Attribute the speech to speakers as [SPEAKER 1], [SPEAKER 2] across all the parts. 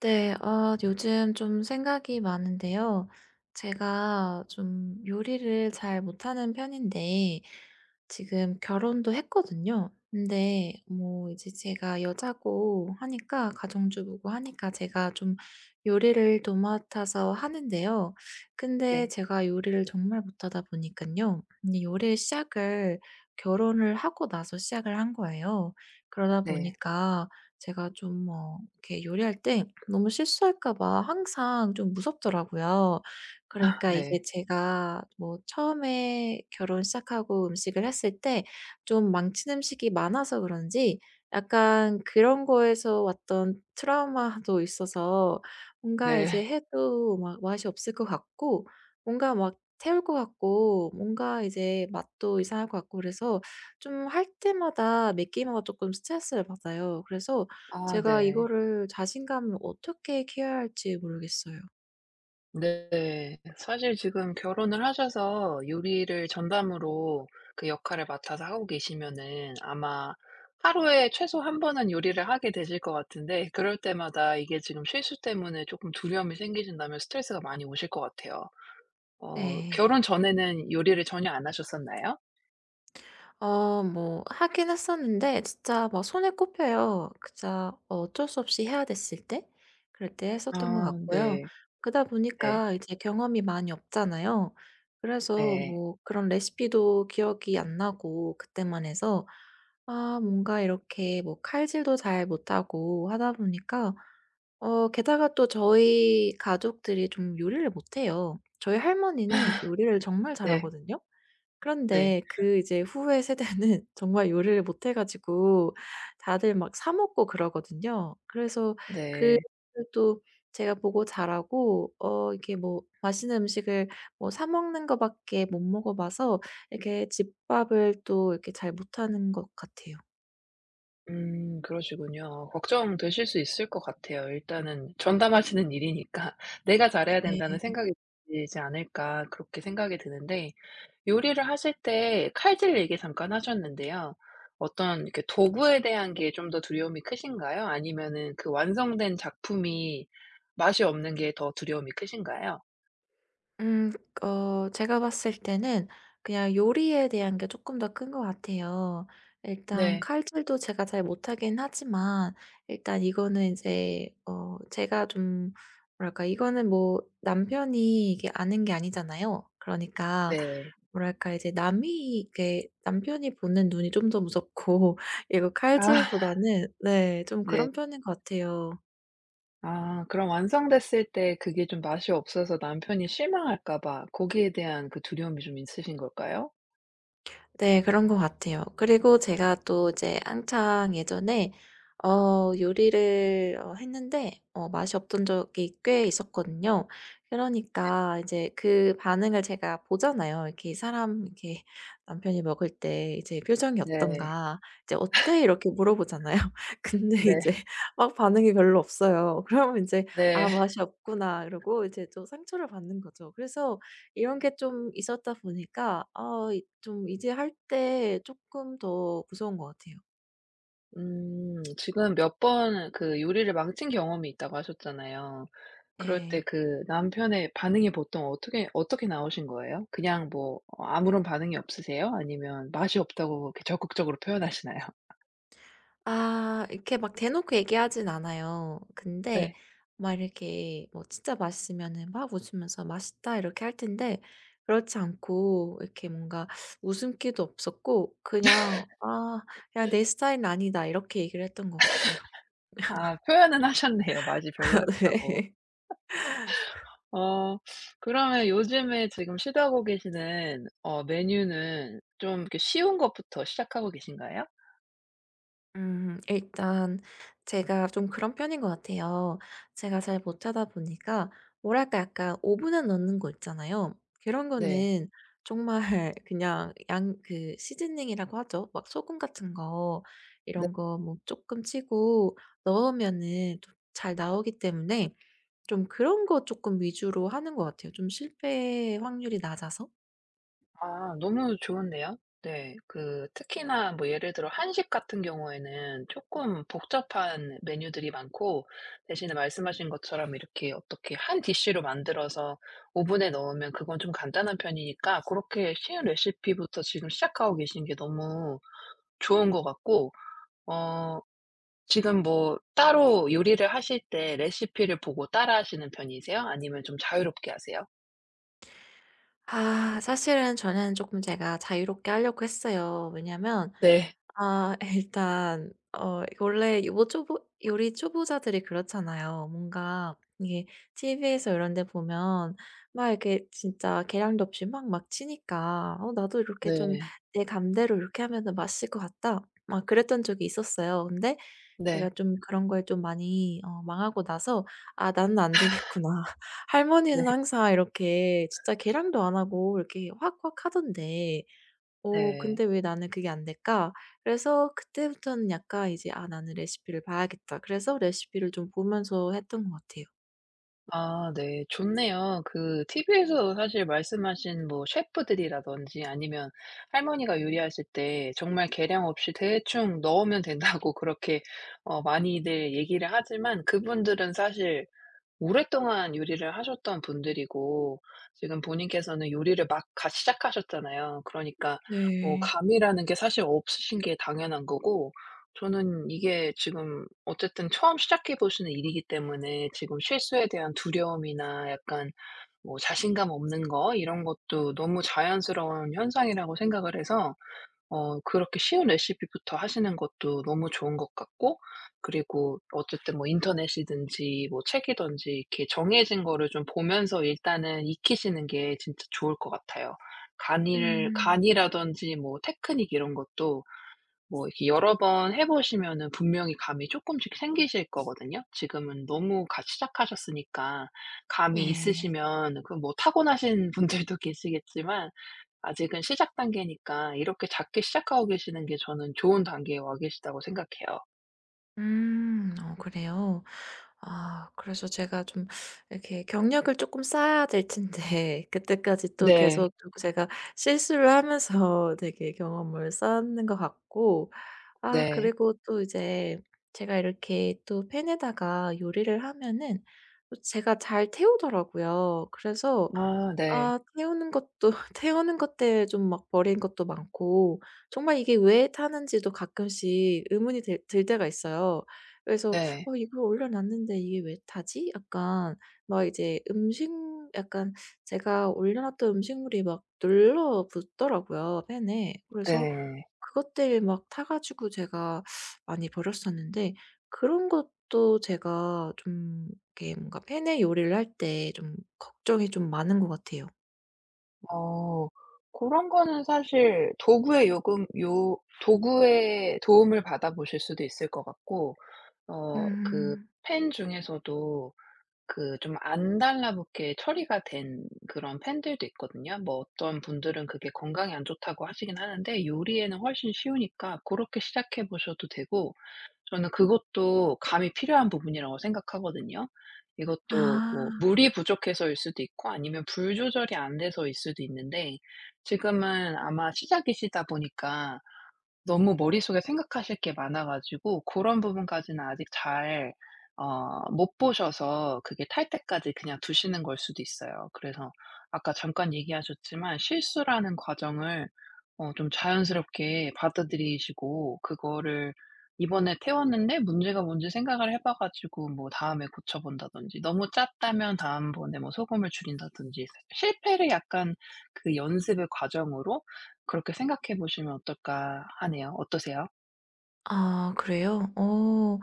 [SPEAKER 1] 네. 아 요즘 좀 생각이 많은데요. 제가 좀 요리를 잘 못하는 편인데 지금 결혼도 했거든요. 근데 뭐 이제 제가 여자고 하니까 가정주부고 하니까 제가 좀 요리를 도맡아서 하는데요. 근데
[SPEAKER 2] 네.
[SPEAKER 1] 제가 요리를 정말 못하다 보니까요 이 요리의 시작을 결혼을 하고 나서 시작을 한 거예요. 그러다
[SPEAKER 2] 네.
[SPEAKER 1] 보니까 제가 좀 뭐 이렇게 요리할 때 너무 실수할까 봐 항상 좀 무섭더라고요.
[SPEAKER 2] 아
[SPEAKER 1] 그러니까 이게
[SPEAKER 2] 네.
[SPEAKER 1] 제가 뭐 처음에 결혼 시작하고 음식을 했을 때 좀 망친 음식이 많아서 그런지, 약간 그런 거에서 왔던 트라우마도 있어서 뭔가 이제
[SPEAKER 2] 네.
[SPEAKER 1] 해도 막 맛이 없을 것 같고, 뭔가 막 태울 것 같고, 뭔가 이제 맛도 이상할 것 같고, 그래서 좀 할 때마다 매 끼마다 조금 스트레스를 받아요. 그래서
[SPEAKER 2] 아
[SPEAKER 1] 제가
[SPEAKER 2] 네.
[SPEAKER 1] 이거를 자신감을 어떻게 키워야 할지 모르겠어요.
[SPEAKER 2] 네. 사실 지금 결혼을 하셔서 요리를 전담으로 그 역할을 맡아서 하고 계시면은 아마 하루에 최소 한 번은 요리를 하게 되실 것 같은데, 그럴 때마다 이게 지금 실수 때문에 쪼끔 두려움이 생기신다면 스트레스가 많이 오실 것 같아요.
[SPEAKER 1] 네.
[SPEAKER 2] 결혼 전에는 요리를 전혀 안 하셨었나요?
[SPEAKER 1] 뭐 하긴 했었는데 진짜 막 손에 꼽혀요. 진짜 어쩔 수 없이 해야 됐을 때 그럴 때 했었던 것
[SPEAKER 2] 아
[SPEAKER 1] 같고요.
[SPEAKER 2] 네.
[SPEAKER 1] 그러다
[SPEAKER 2] 네.
[SPEAKER 1] 보니까 이제 경험이 많이 없잖아요. 그래서
[SPEAKER 2] 네.
[SPEAKER 1] 뭐 그런 레시피도 기억이 안 나고 그때만 해서, 아 뭔가 이렇게 뭐 칼질도 잘 못하고 하다 보니까. 게다가 또 저희 가족들이 좀 요리를 못해요. 저희 할머니는 요리를 정말
[SPEAKER 2] 네.
[SPEAKER 1] 잘하거든요.
[SPEAKER 2] 네.
[SPEAKER 1] 그런데 그 이제 후회 세대는 정말 요리를 못해 가지고 다들 막 사 먹고 그러거든요. 그래서 그걸
[SPEAKER 2] 네.
[SPEAKER 1] 또 제가 보고 자라고, 이게 뭐 맛있는 음식을 뭐 사 먹는 거밖에 못 먹어 봐서 이렇게 집밥을 또 이렇게 잘 못하는 것 같아요.
[SPEAKER 2] 그러시군요. 걱정되실 수 있을 것 같아요. 일단은 전담하시는 일이니까 '내가 잘해야
[SPEAKER 1] 네.
[SPEAKER 2] 된다.'는 생각이 들지 않을까 그렇게 생각이 드는데, 요리를 하실 때 칼질 얘기 잠깐 하셨는데요. 어떤 이렇게 도구에 대한 게 좀 더 두려움이 크신가요? 아니면은 그 완성된 작품이 맛이 없는 게 더 두려움이 크신가요?
[SPEAKER 1] 음 제가 봤을 때는 그냥 요리에 대한 게 조금 더 큰 것 같아요. 일단
[SPEAKER 2] 네.
[SPEAKER 1] 칼질도 제가 잘 못하긴 하지만, 일단 이거는 이제 제가 좀 뭐랄까, 이거는 뭐 남편이 이게 아는 게 아니잖아요. 그러니까
[SPEAKER 2] 네.
[SPEAKER 1] 뭐랄까 이제 남이 이게 남편이 보는 눈이 좀 더 무섭고 이거
[SPEAKER 2] 아
[SPEAKER 1] 칼질보다는 네, 좀
[SPEAKER 2] 네.
[SPEAKER 1] 그런 편인 것 같아요.
[SPEAKER 2] 아 그럼 완성됐을 때 그게 좀 맛이 없어서 남편이 실망할까 봐 거기에 대한 그 두려움이 좀 있으신 걸까요?
[SPEAKER 1] 네. 그런 것 같아요. 그리고 제가 또 이제 한창 예전에 요리를 했는데 맛이 없던 적이 꽤 있었거든요. 그러니까 이제 그 반응을 제가 보잖아요. 이렇게 사람 이렇게 남편이 먹을 때 이제 표정이
[SPEAKER 2] 네.
[SPEAKER 1] 어떤가, 이제 "어때?" 이렇게 물어보잖아요. 근데
[SPEAKER 2] 네.
[SPEAKER 1] 이제 막 반응이 별로 없어요. 그러면 이제
[SPEAKER 2] 네.
[SPEAKER 1] "아 맛이 없구나." 이러고 이제 또 상처를 받는 거죠. 그래서 이런 게 좀 있었다 보니까, 아 이 좀 이제 할 때 조금 더 무서운 것 같아요.
[SPEAKER 2] 지금 몇 번 그 요리를 망친 경험이 있다고 하셨잖아요. 그럴 때
[SPEAKER 1] 네.
[SPEAKER 2] 그 남편의 반응이 보통 어떻게 나오신 거예요? 그냥 뭐 아무런 반응이 없으세요? 아니면 맛이 없다고 그렇게 적극적으로 표현하시나요?
[SPEAKER 1] 아 이렇게 막 대놓고 얘기하진 않아요. 근데
[SPEAKER 2] 네.
[SPEAKER 1] 막 이렇게 뭐 진짜 맛있으면은 막 웃으면서 "맛있다." 이렇게 할 텐데, 그렇지 않고 이렇게 뭔가 웃음기도 없었고, 그냥 "아 그냥 내 스타일은 아니다." 이렇게 얘기를 했던 것 같아요.
[SPEAKER 2] 아 표현은 하셨네요, 맛이 별로였다고.
[SPEAKER 1] 네.
[SPEAKER 2] 어 그러면 요즘에 지금 시도하고 계시는 어 메뉴는 좀 이렇게 쉬운 것부터 시작하고 계신가요?
[SPEAKER 1] 일단 제가 좀 그런 편인 것 같아요. 제가 잘 못하다 보니까 뭐랄까, 약간 오븐에 넣는 거 있잖아요. 그런
[SPEAKER 2] 네.
[SPEAKER 1] 거는 정말 그냥 양 그 시즈닝이라고 하죠. 막 소금 같은 거
[SPEAKER 2] 네.
[SPEAKER 1] 이런 거 뭐 조금 치고 넣으면은 좀잘 나오기 때문에, 좀 그런 거 조금 위주로 하는 것 같아요, 좀 실패 확률이 낮아서.
[SPEAKER 2] 아 너무 좋은데요. 네. 그 특히나 뭐 예를 들어 한식 같은 경우에는 조금 복잡한 메뉴들이 많고, 대신에 말씀하신 것처럼 이렇게 어떻게 한 디쉬로 만들어서 오븐에 넣으면 그건 좀 간단한 편이니까, 그렇게 쉬운 레시피부터 지금 시작하고 계신 게 너무 좋은 것 같고, 어 지금 뭐 따로 요리를 하실 때 레시피를 보고 따라 하시는 편이세요? 아니면 좀 자유롭게 하세요?
[SPEAKER 1] 아 사실은 저는 조금 제가 자유롭게 하려고 했어요. 왜냐면
[SPEAKER 2] 네.
[SPEAKER 1] 아 일단 원래 요 초보 요리 초보자들이 그렇잖아요. 뭔가 이게 TV에서 이런 데 보면 막 이렇게 진짜 계량도 없이 막 치니까 "어 나도 이렇게 좀
[SPEAKER 2] 네.
[SPEAKER 1] 내 감대로 이렇게 하면은 맛있을 것 같다." 막 그랬던 적이 있었어요. 근데 제가
[SPEAKER 2] 네.
[SPEAKER 1] 좀 그런 거에 좀 많이 망하고 나서, "아 나는 안 되겠구나." 할머니는
[SPEAKER 2] 네.
[SPEAKER 1] 항상 이렇게 진짜 계량도 안 하고 이렇게 확확 하던데
[SPEAKER 2] 네.
[SPEAKER 1] 근데 왜 나는 그게 안 될까? 그래서 그때부터는 약간 이제 "아 나는 레시피를 봐야겠다." 그래서 레시피를 좀 보면서 했던 것 같아요.
[SPEAKER 2] 아 네. 좋네요. 그 TV에서 사실 말씀하신 뭐 셰프들이라든지 아니면 할머니가 요리하실 때 정말 계량 없이 대충 넣으면 된다고 그렇게 많이들 얘기를 하지만, 그분들은 사실 오랫동안 요리를 하셨던 분들이고, 지금 본인께서는 요리를 막 가 시작하셨잖아요. 그러니까 뭐
[SPEAKER 1] 네.
[SPEAKER 2] 감이라는 게 사실 없으신 게 당연한 거고, 저는 이게 지금 어쨌든 처음 시작해 보시는 일이기 때문에 지금 실수에 대한 두려움이나 약간 뭐 자신감 없는 거 이런 것도 너무 자연스러운 현상이라고 생각을 해서, 그렇게 쉬운 레시피부터 하시는 것도 너무 좋은 것 같고, 그리고 어쨌든 뭐 인터넷이든지 뭐 책이든지 이렇게 정해진 거를 좀 보면서 일단은 익히시는 게 진짜 좋을 것 같아요. 간이를
[SPEAKER 1] 음.
[SPEAKER 2] 간이라든지 뭐 테크닉 이런 것도 뭐 이렇게 여러 번 해 보시면은 분명히 감이 조금씩 생기실 거거든요. 지금은 너무 가 시작하셨으니까 감이
[SPEAKER 1] 네.
[SPEAKER 2] 있으시면 그 뭐 타고나신 분들도 계시겠지만, 아직은 시작 단계니까 이렇게 작게 시작하고 계시는 게 저는 좋은 단계에 와 계시다고 생각해요.
[SPEAKER 1] 음. 어 그래요? 아 그래서 제가 좀 이렇게 경력을 조금 쌓아야 될 텐데 그때까지 또
[SPEAKER 2] 네.
[SPEAKER 1] 계속 또 제가 실수를 하면서 되게 경험을 쌓는 것 같고. 아
[SPEAKER 2] 네.
[SPEAKER 1] 그리고 또 이제 제가 이렇게 또 팬에다가 요리를 하면은 또 제가 잘 태우더라고요. 그래서
[SPEAKER 2] 아 네.
[SPEAKER 1] 아, 태우는 것도 태우는 것 때문에 좀 막 버린 것도 많고, 정말 이게 왜 타는지도 가끔씩 의문이 들 때가 있어요. 그래서
[SPEAKER 2] 네.
[SPEAKER 1] "어 이걸 올려 놨는데 이게 왜 타지?" 약간 막 이제 음식 약간 제가 올려 놨던 음식물이 막 눌러 붙더라고요 팬에. 그래서
[SPEAKER 2] 네.
[SPEAKER 1] 그것들 막 타 가지고 제가 많이 버렸었는데, 그런 것도 제가 좀 이렇게 뭔가 팬의 요리를 할 때 좀 걱정이 좀 많은 것 같아요.
[SPEAKER 2] 어 고런 거는 사실 도구의 요금 요 도구의 도움을 받아 보실 수도 있을 것 같고, 그
[SPEAKER 1] 음.
[SPEAKER 2] 펜 중에서도 그 좀 안 달라붙게 처리가 된 그런 팬들도 있거든요. 뭐 어떤 분들은 그게 건강에 안 좋다고 하시긴 하는데, 요리에는 훨씬 쉬우니까 고렇게 시작해 보셔도 되고, 저는 그것도 감이 필요한 부분이라고 생각하거든요. 이것도 뭐
[SPEAKER 1] 아.
[SPEAKER 2] 물이 부족해서일 수도 있고 아니면 불 조절이 안 돼서일 수도 있는데, 지금은 아마 시작이시다 보니까 너무 머릿속에 생각하실 게 많아 가지고 그런 부분까지는 아직 잘 못 보셔서 그게 탈 때까지 그냥 두시는 걸 수도 있어요. 그래서 아까 잠깐 얘기하셨지만 실수라는 과정을 좀 자연스럽게 받아들이시고, 그거를 이번에 태웠는데 문제가 뭔지 생각을 해봐 가지고 뭐 다음에 고쳐 본다든지, 너무 짰다면 다음번에 뭐 소금을 줄인다든지, 실패를 약간 그 연습의 과정으로 그렇게 생각해 보시면 어떨까 하네요. 어떠세요?
[SPEAKER 1] 아 그래요?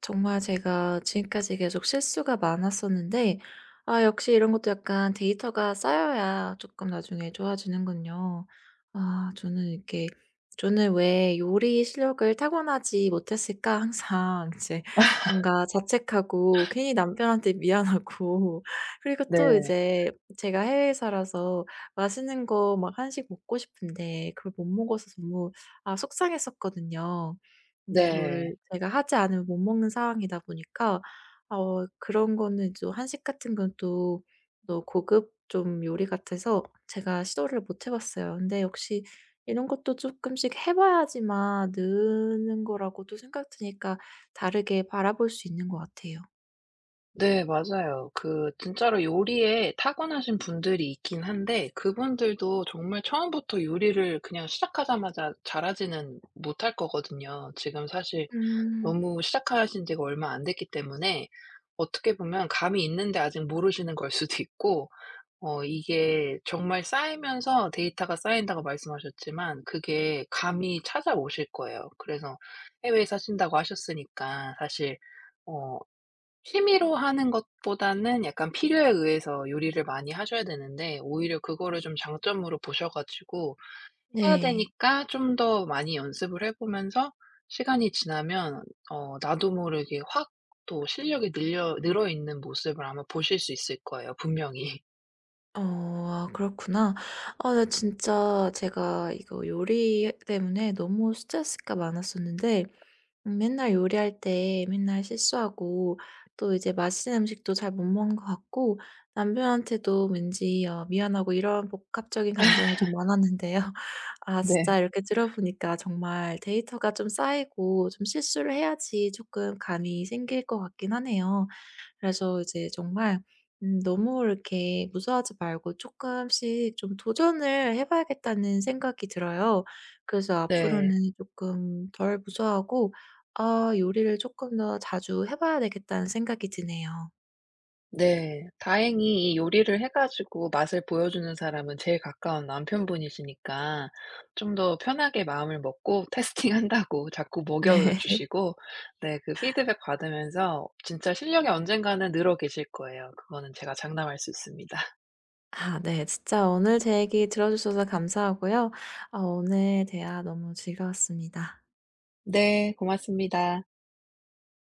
[SPEAKER 1] 정말 제가 지금까지 계속 실수가 많았었는데, 아 역시 이런 것도 약간 데이터가 쌓여야 조금 나중에 좋아지는군요. 아 저는 이렇게 "저는 왜 요리 실력을 타고나지 못했을까?" 항상 이제 뭔가 자책하고 괜히 남편한테 미안하고 그리고 또
[SPEAKER 2] 네.
[SPEAKER 1] 이제 제가 해외에 살아서 맛있는 거 막 한식 먹고 싶은데 그걸 못 먹어서 너무 속상했었거든요. 근데
[SPEAKER 2] 네.
[SPEAKER 1] 이거를 제가 하지 않으면 못 먹는 상황이다 보니까, 그런 거는 좀 한식 같은 건 또 너 고급 좀 요리 같아서 제가 시도를 못 해 봤어요. 근데 역시 이런 것도 쪼끔씩 해 봐야지만 느는 거라고도 생각 드니까 다르게 바라볼 수 있는 것 같아요.
[SPEAKER 2] 네, 맞아요. 그 진짜로 요리에 타고나신 분들이 있긴 한데 그분들도 정말 처음부터 요리를 그냥 시작하자마자 잘하지는 못할 거거든요. 지금 사실
[SPEAKER 1] 음.
[SPEAKER 2] 너무 시작하신 지가 얼마 안 됐기 때문에 어떻게 보면 감이 있는데 아직 모르시는 걸 수도 있고, 이게 정말 쌓이면서 데이터가 쌓인다고 말씀하셨지만 그게 감이 찾아오실 거예요. 그래서 해외에 사신다고 하셨으니까 사실 어 취미로 하는 것보다는 약간 필요에 의해서 요리를 많이 하셔야 되는데, 오히려 그거를 좀 장점으로 보셔 가지고 해야
[SPEAKER 1] 네.
[SPEAKER 2] 되니까 좀 더 많이 연습을 해 보면서 시간이 지나면 나도 모르게 확 또 실력이 늘려 늘어 있는 모습을 아마 보실 수 있을 거예요, 분명히.
[SPEAKER 1] 아 그렇구나. 아 나 진짜 제가 이거 요리 때문에 너무 스트레스가 많았었는데 맨날 요리할 때 맨날 실수하고, 또 이제 맛있는 음식도 잘 못 먹는 것 같고, 남편한테도 왠지 미안하고, 이런 복합적인 감정이 좀 많았는데요. 아
[SPEAKER 2] 네.
[SPEAKER 1] 진짜 이렇게 들어보니까 정말 데이터가 좀 쌓이고 좀 실수를 해야지 조금 감이 생길 것 같긴 하네요. 그래서 이제 정말 너무 이렇게 무서워하지 말고 조금씩 좀 도전을 해 봐야겠다는 생각이 들어요. 그래서
[SPEAKER 2] 네.
[SPEAKER 1] 앞으로는 조금 덜 무서워하고 아 요리를 조금 더 자주 해 봐야 되겠다는 생각이 드네요.
[SPEAKER 2] 네. 다행히 이 요리를 해 가지고 맛을 보여주는 사람은 제일 가까운 남편분이시니까 좀 더 편하게 마음을 먹고 테스팅한다고 자꾸
[SPEAKER 1] 네.
[SPEAKER 2] 먹여 주시고, 네, 그 피드백 받으면서 진짜 실력이 언젠가는 늘어 계실 거예요. 그거는 제가 장담할 수 있습니다.
[SPEAKER 1] 아 네. 진짜 오늘 제 얘기 들어 주셔서 감사하고요. 아 오늘 대화 너무 즐거웠습니다.
[SPEAKER 2] 네. 고맙습니다.